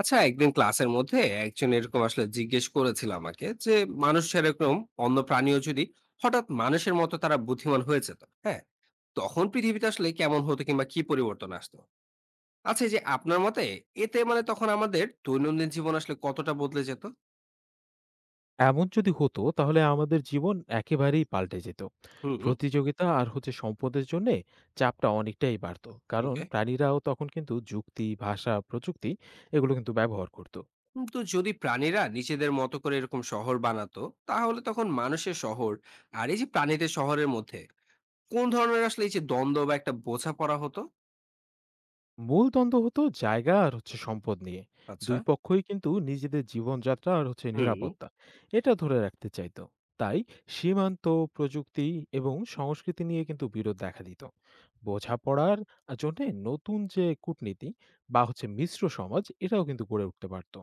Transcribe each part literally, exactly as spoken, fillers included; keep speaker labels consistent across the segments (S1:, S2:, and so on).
S1: আচ্ছা, একদিন ক্লাসের মধ্যে একজন এরকম আসলে জিজ্ঞেস করেছিল আমাকে যে মানুষ এরকম অন্য প্রাণীও যদি হঠাৎ মানুষের মতো তারা বুদ্ধিমান হয়ে যেত, হ্যাঁ, তখন পৃথিবীতে আসলে কেমন হতো কিংবা কি পরিবর্তন আসতো। আচ্ছা, এই যে আপনার মতে এতে মানে তখন আমাদের দৈনন্দিন জীবন আসলে কতটা বদলে যেত?
S2: এমন যদি হতো তাহলে আমাদের জীবন একেবারেই পাল্টে যেত।
S1: হুম।
S2: প্রতিযোগিতা আর হচ্ছে সম্পদের জন্যে চাপটা অনেকটাই বাড়তো। কারণ
S1: ওকে।
S2: প্রাণীরাও তখন কিন্তু যুক্তি, ভাষা, প্রযুক্তি এগুলো কিন্তু ব্যবহার করত।
S1: কিন্তু যদি প্রাণীরা নিজেদের মতো করে এরকম শহর বানাতো, তাহলে তখন মানুষের শহর আর এই যে প্রাণীদের শহরের মধ্যে কোন ধরনের আসলে এই যে দ্বন্দ্ব বা একটা বোঝাপড়া হতো?
S2: মূল দ্বন্দ্ব হতো জায়গা আর হচ্ছে সম্পদ নিয়ে।
S1: আচ্ছা।
S2: দুই পক্ষই কিন্তু নিজেদের জীবনযাত্রা আর হচ্ছে
S1: হুম
S2: নিরাপত্তা, এটা ধরে রাখতে চাইতো। তাই সীমান্ত, প্রযুক্তি এবং সংস্কৃতি নিয়ে কিন্তু বিরোধ দেখা দিত। বোঝাপড়ার আ জন্যে নতুন যে কূটনীতি বা হচ্ছে মিশ্র সমাজ, এটাও কিন্তু গড়ে উঠতে পারত।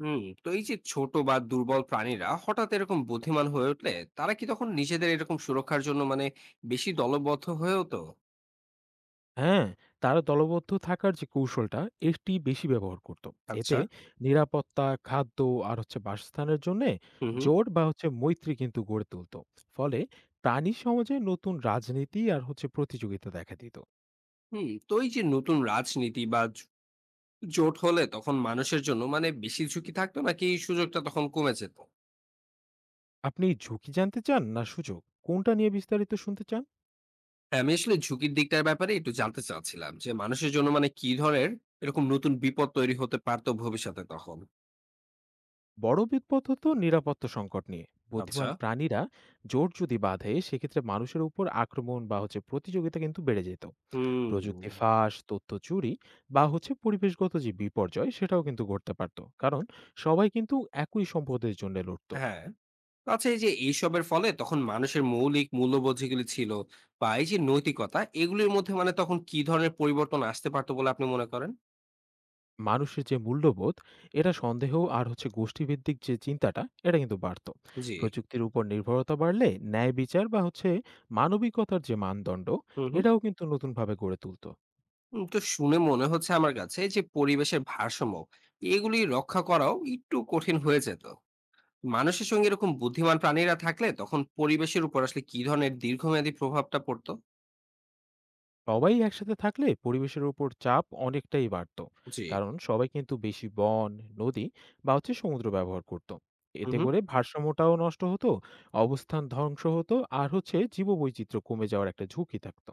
S1: হুম, তো এই যে ছোট বা দুর্বল প্রাণীরা হঠাৎ এরকম বুদ্ধিমান হয়ে উঠলে তারা কি তখন নিজেদের এরকম সুরক্ষার জন্য মানে বেশি দলবদ্ধ হয়েও তো।
S2: হ্যাঁ, তারা দলবদ্ধ থাকার যে কৌশলটা, এটি বেশি ব্যবহার করত।
S1: আচ্ছা।
S2: এতে নিরাপত্তা, খাদ্য আর হচ্ছে বাসস্থানের জন্যে
S1: হুম হুম।
S2: জোট বা হচ্ছে মৈত্রী কিন্তু গড়ে তুলত। ফলে প্রাণী সমাজে নতুন রাজনীতি আর হচ্ছে প্রতিযোগিতা দেখা দিত।
S1: হুম, তো এই যে নতুন রাজনীতি বা জ- জোট হলে তখন মানুষের জন্য মানে বেশি ঝুঁকি থাকতো নাকি এই সুযোগটা তখন কমে যেত?
S2: আপনি ঝুঁকি জানতে চান না সুযোগ? কোনটা নিয়ে বিস্তারিত শুনতে চান?
S1: হ্যাঁ, আমি আসলে ঝুঁকির দিকটার ব্যাপারে একটু জানতে চাচ্ছিলাম যে মানুষের জন্য মানে কি ধরনের এরকম নতুন বিপদ তৈরি হতে পারতো ভবিষ্যতে তখন।
S2: বড় বিপদ হতো নিরাপত্তা সংকট নিয়ে।
S1: আচ্ছা।
S2: বুদ্ধিমান প্রাণীরা জোট যদি বাঁধে, সেক্ষেত্রে মানুষের উপর আক্রমণ বা হচ্ছে প্রতিযোগিতা কিন্তু বেড়ে যেত।
S1: হুম।
S2: প্রযুক্তি ফাঁস তথ্য চুরি বা হচ্ছে পরিবেশগত যে বিপর্যয় সেটাও কিন্তু ঘটতে পারত, কারণ সবাই কিন্তু একই সম্পদের জন্য লড়ত।
S1: হ্যাঁ। আচ্ছা, এই যে এইসবের ফলে তখন মানুষের মৌলিক মূল্যবোধ যেগুলি ছিল বা এই যে নৈতিকতা এগুলির মধ্যে মানে তখন কি ধরনের পরিবর্তন আসতে পারতো বলে আপনি মনে করেন?
S2: মানুষের যে মূল্যবোধ, এটা সন্দেহ আর হচ্ছে গোষ্ঠীভিত্তিক যে চিন্তাটা, এটা কিন্তু বাড়তো।
S1: জি।
S2: প্রযুক্তির উপর নির্ভরতা বাড়লে ন্যায় বিচার বা হচ্ছে মানবিকতার যে মানদণ্ড,
S1: হুম হুম।
S2: এটাও কিন্তু নতুনভাবে গড়ে তুলতো।
S1: উম, তো শুনে মনে হচ্ছে আমার কাছে যে পরিবেশের ভারসাম্য এগুলি রক্ষা করাও একটু কঠিন হয়ে যেত। মানুষের সঙ্গে এরকম বুদ্ধিমান প্রাণীরা থাকলে তখন পরিবেশের উপর আসলে কি ধরনের দীর্ঘমেয়াদী প্রভাবটা পড়তো?
S2: সবাই একসাথে থাকলে পরিবেশের উপর চাপ অনেকটাই বাড়তো,
S1: জি।
S2: কারণ সবাই কিন্তু বেশি বন, নদী বা হচ্ছে সমুদ্র ব্যবহার করত।
S1: হুম
S2: এতে
S1: হুম।
S2: করে ভারসাম্যটাও নষ্ট হতো, অবস্থান ধ্বংস হতো আর হচ্ছে জীববৈচিত্র্য কমে যাওয়ার একটা ঝুঁকি থাকতো।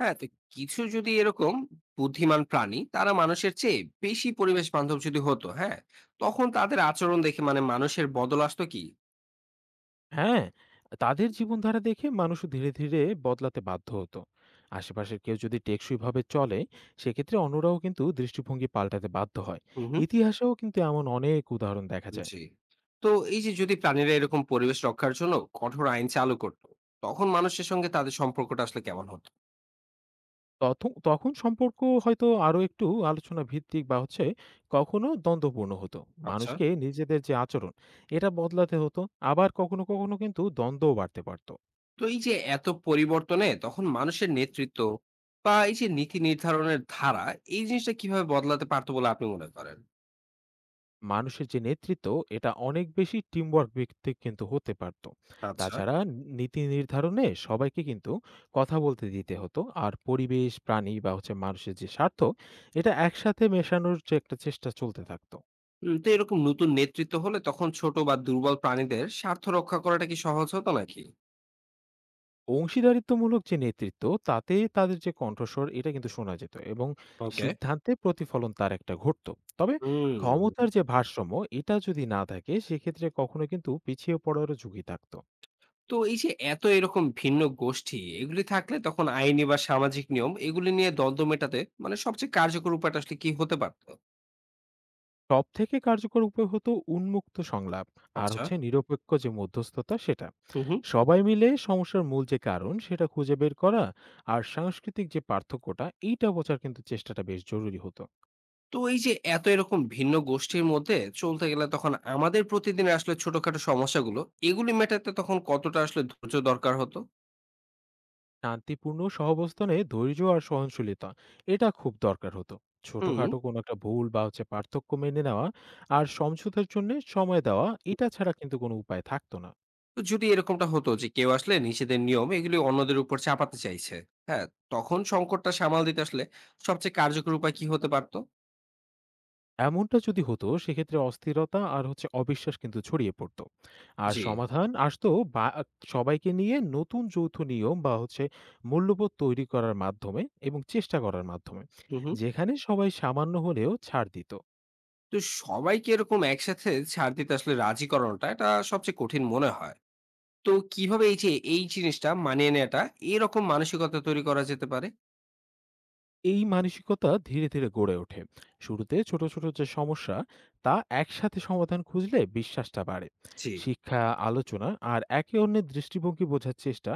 S1: হ্যাঁ, তো কিছু যদি এরকম বুদ্ধিমান প্রাণী তারা মানুষের চেয়ে বেশি পরিবেশ বান্ধব যদি হতো, হ্যাঁ, তখন তাদের আচরণ দেখে মানে মানুষের বদল আসতো কি?
S2: হ্যাঁ, তাদের জীবনধারা দেখে মানুষ ধীরে ধীরে বদলাতে বাধ্য হতো। আশেপাশের কেউ যদি টেকসইভাবে চলে, সেক্ষেত্রে অন্যরাও কিন্তু দৃষ্টিভঙ্গি পাল্টাতে বাধ্য হয়।
S1: হুম হুম।
S2: ইতিহাসেও কিন্তু এমন অনেক উদাহরণ দেখা যায়।
S1: জি, তো এই যে যদি প্রাণীরা এরকম পরিবেশ রক্ষার জন্য কঠোর আইন চালু করতো, তখন মানুষের সঙ্গে তাদের সম্পর্কটা আসলে কেমন হতো?
S2: তথ তখন সম্পর্ক হয়তো আরো একটু আলোচনা ভিত্তিক বা হচ্ছে কখনো দ্বন্দ্বপূর্ণ হতো।
S1: আচ্ছা,
S2: মানুষকে নিজেদের যে আচরণ, এটা বদলাতে হতো। আবার কখনো, কখনো কিন্তু দ্বন্দ্বও বাড়তে পারত।
S1: তো এই যে এত পরিবর্তনে তখন মানুষের নেতৃত্ব বা এই যে নীতি নির্ধারণের ধারা, এই জিনিসটা কিভাবে বদলাতে পারতো বলে আপনি মনে করেন?
S2: মানুষের যে নেতৃত্ব, এটা অনেক বেশি টিমওয়ার্ক ভিত্তিক কিন্তু হতে পারত।
S1: আচ্ছা।
S2: তাছাড়া ন নীতি নির্ধারণে সবাইকে কিন্তু কথা বলতে দিতে হতো। আর পরিবেশ, প্রাণী বা হচ্ছে মানুষের যে স্বার্থ, এটা একসাথে মেশানোর যে একটা চেষ্টা চলতে থাকতো।
S1: উম, তো এরকম নতুন নেতৃত্ব হলে তখন ছোট বা দুর্বল প্রাণীদের স্বার্থ রক্ষা করাটা কি সহজ হতো নাকি?
S2: অংশীদারিত্বমূলক যে নেতৃত্ব, তাতে তাদের যে কণ্ঠস্বর, এটা কিন্তু শোনা যেত এবং
S1: ওকে।
S2: সিদ্ধান্তে প্রতিফলন তার একটা ঘটতো। তবে
S1: হুম,
S2: ক্ষমতার যে ভারসাম্য, এটা যদি না থাকে সেক্ষেত্রে কখনো কিন্তু পিছিয়ে পড়ারও ঝুঁকি থাকতো।
S1: তো এই যে এত এরকম ভিন্ন গোষ্ঠী এগুলি থাকলে তখন আইনি বা সামাজিক নিয়ম এগুলি নিয়ে দ্বন্দ্ব মেটাতে মানে সবচেয়ে কার্যকর উপায়টা আসলে কি হতে পারতো?
S2: সবথেকে কার্যকর উপায় হতো উন্মুক্ত সংলাপ আর
S1: আচ্ছা।
S2: হচ্ছে নিরপেক্ষ যে মধ্যস্থতা সেটা।
S1: হুম হুম।
S2: সবাই মিলে সমস্যার মূল যে কারণ সেটা খুঁজে বের করা আর সাংস্কৃতিক যে পার্থক্যটা, এইটা বোঝার কিন্তু চেষ্টাটা বেশ জরুরি হতো।
S1: তো এই যে এত এরকম ভিন্ন গোষ্ঠীর মধ্যে চলতে গেলে তখন আমাদের প্রতিদিন আসলে ছোটখাটো সমস্যাগুলো এগুলি মেটাতে তখন কতটা আসলে ধৈর্য দরকার হতো?
S2: শান্তিপূর্ণ সহাবস্থানে ধৈর্য আর সহনশীলতা, এটা খুব দরকার হতো।
S1: হুম,
S2: ছোটখাটো কোনো একটা ভুল বা হচ্ছে পার্থক্য মেনে নেওয়া আর সমঝোতার জন্যে সময় দেওয়া, এটা ছাড়া কিন্তু কোনো উপায় থাকতো না।
S1: তো যদি এরকমটা হতো যে কেউ আসলে নিজেদের নিয়ম এগুলি অন্যদের উপর চাপাতে চাইছে, হ্যাঁ, তখন সংকটটা সামাল দিতে আসলে সবচেয়ে কার্যকর উপায় কি হতে পারতো?
S2: এমনটা যদি হতো সেক্ষেত্রে অস্থিরতা আর হচ্ছে অবিশ্বাস কিন্তু ছড়িয়ে পড়তো। আর
S1: জি।
S2: সমাধান আসতো বা সবাইকে নিয়ে নতুন যৌথ নিয়ম বা হচ্ছে মূল্যবোধ তৈরি করার মাধ্যমে এবং চেষ্টা করার মাধ্যমে।
S1: হুম হুম।
S2: যেখানে সবাই সামান্য হলেও ছাড় দিত।
S1: তো সবাইকে এরকম একসাথে ছাড় দিতে আসলে রাজি করানোটা এটা সবচেয়ে কঠিন মনে হয়। তো কিভাবে এই যে এই জিনিসটা মানিয়ে নেওয়াটা, এরকম মানসিকতা তৈরি করা যেতে পারে?
S2: এই মানসিকতা ধীরে ধীরে গড়ে ওঠে। শুরুতে ছোট ছোট যে সমস্যা, তা একসাথে সমাধান খুঁজলে বিশ্বাসটা বাড়ে।
S1: জি।
S2: শিক্ষা, আলোচনা আর একে অন্যের দৃষ্টিভঙ্গি বোঝার চেষ্টা,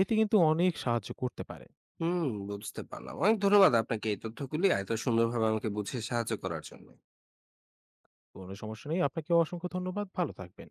S2: এতে কিন্তু অনেক সাহায্য করতে পারে।
S1: হুম, বুঝতে পারলাম। অনেক ধন্যবাদ আপনাকে এই তথ্যগুলি এত সুন্দরভাবে আমাকে বুঝিয়ে সাহায্য করার জন্য।
S2: কোনো সমস্যা নেই, আপনাকে অসংখ্য ধন্যবাদ, ভালো থাকবেন।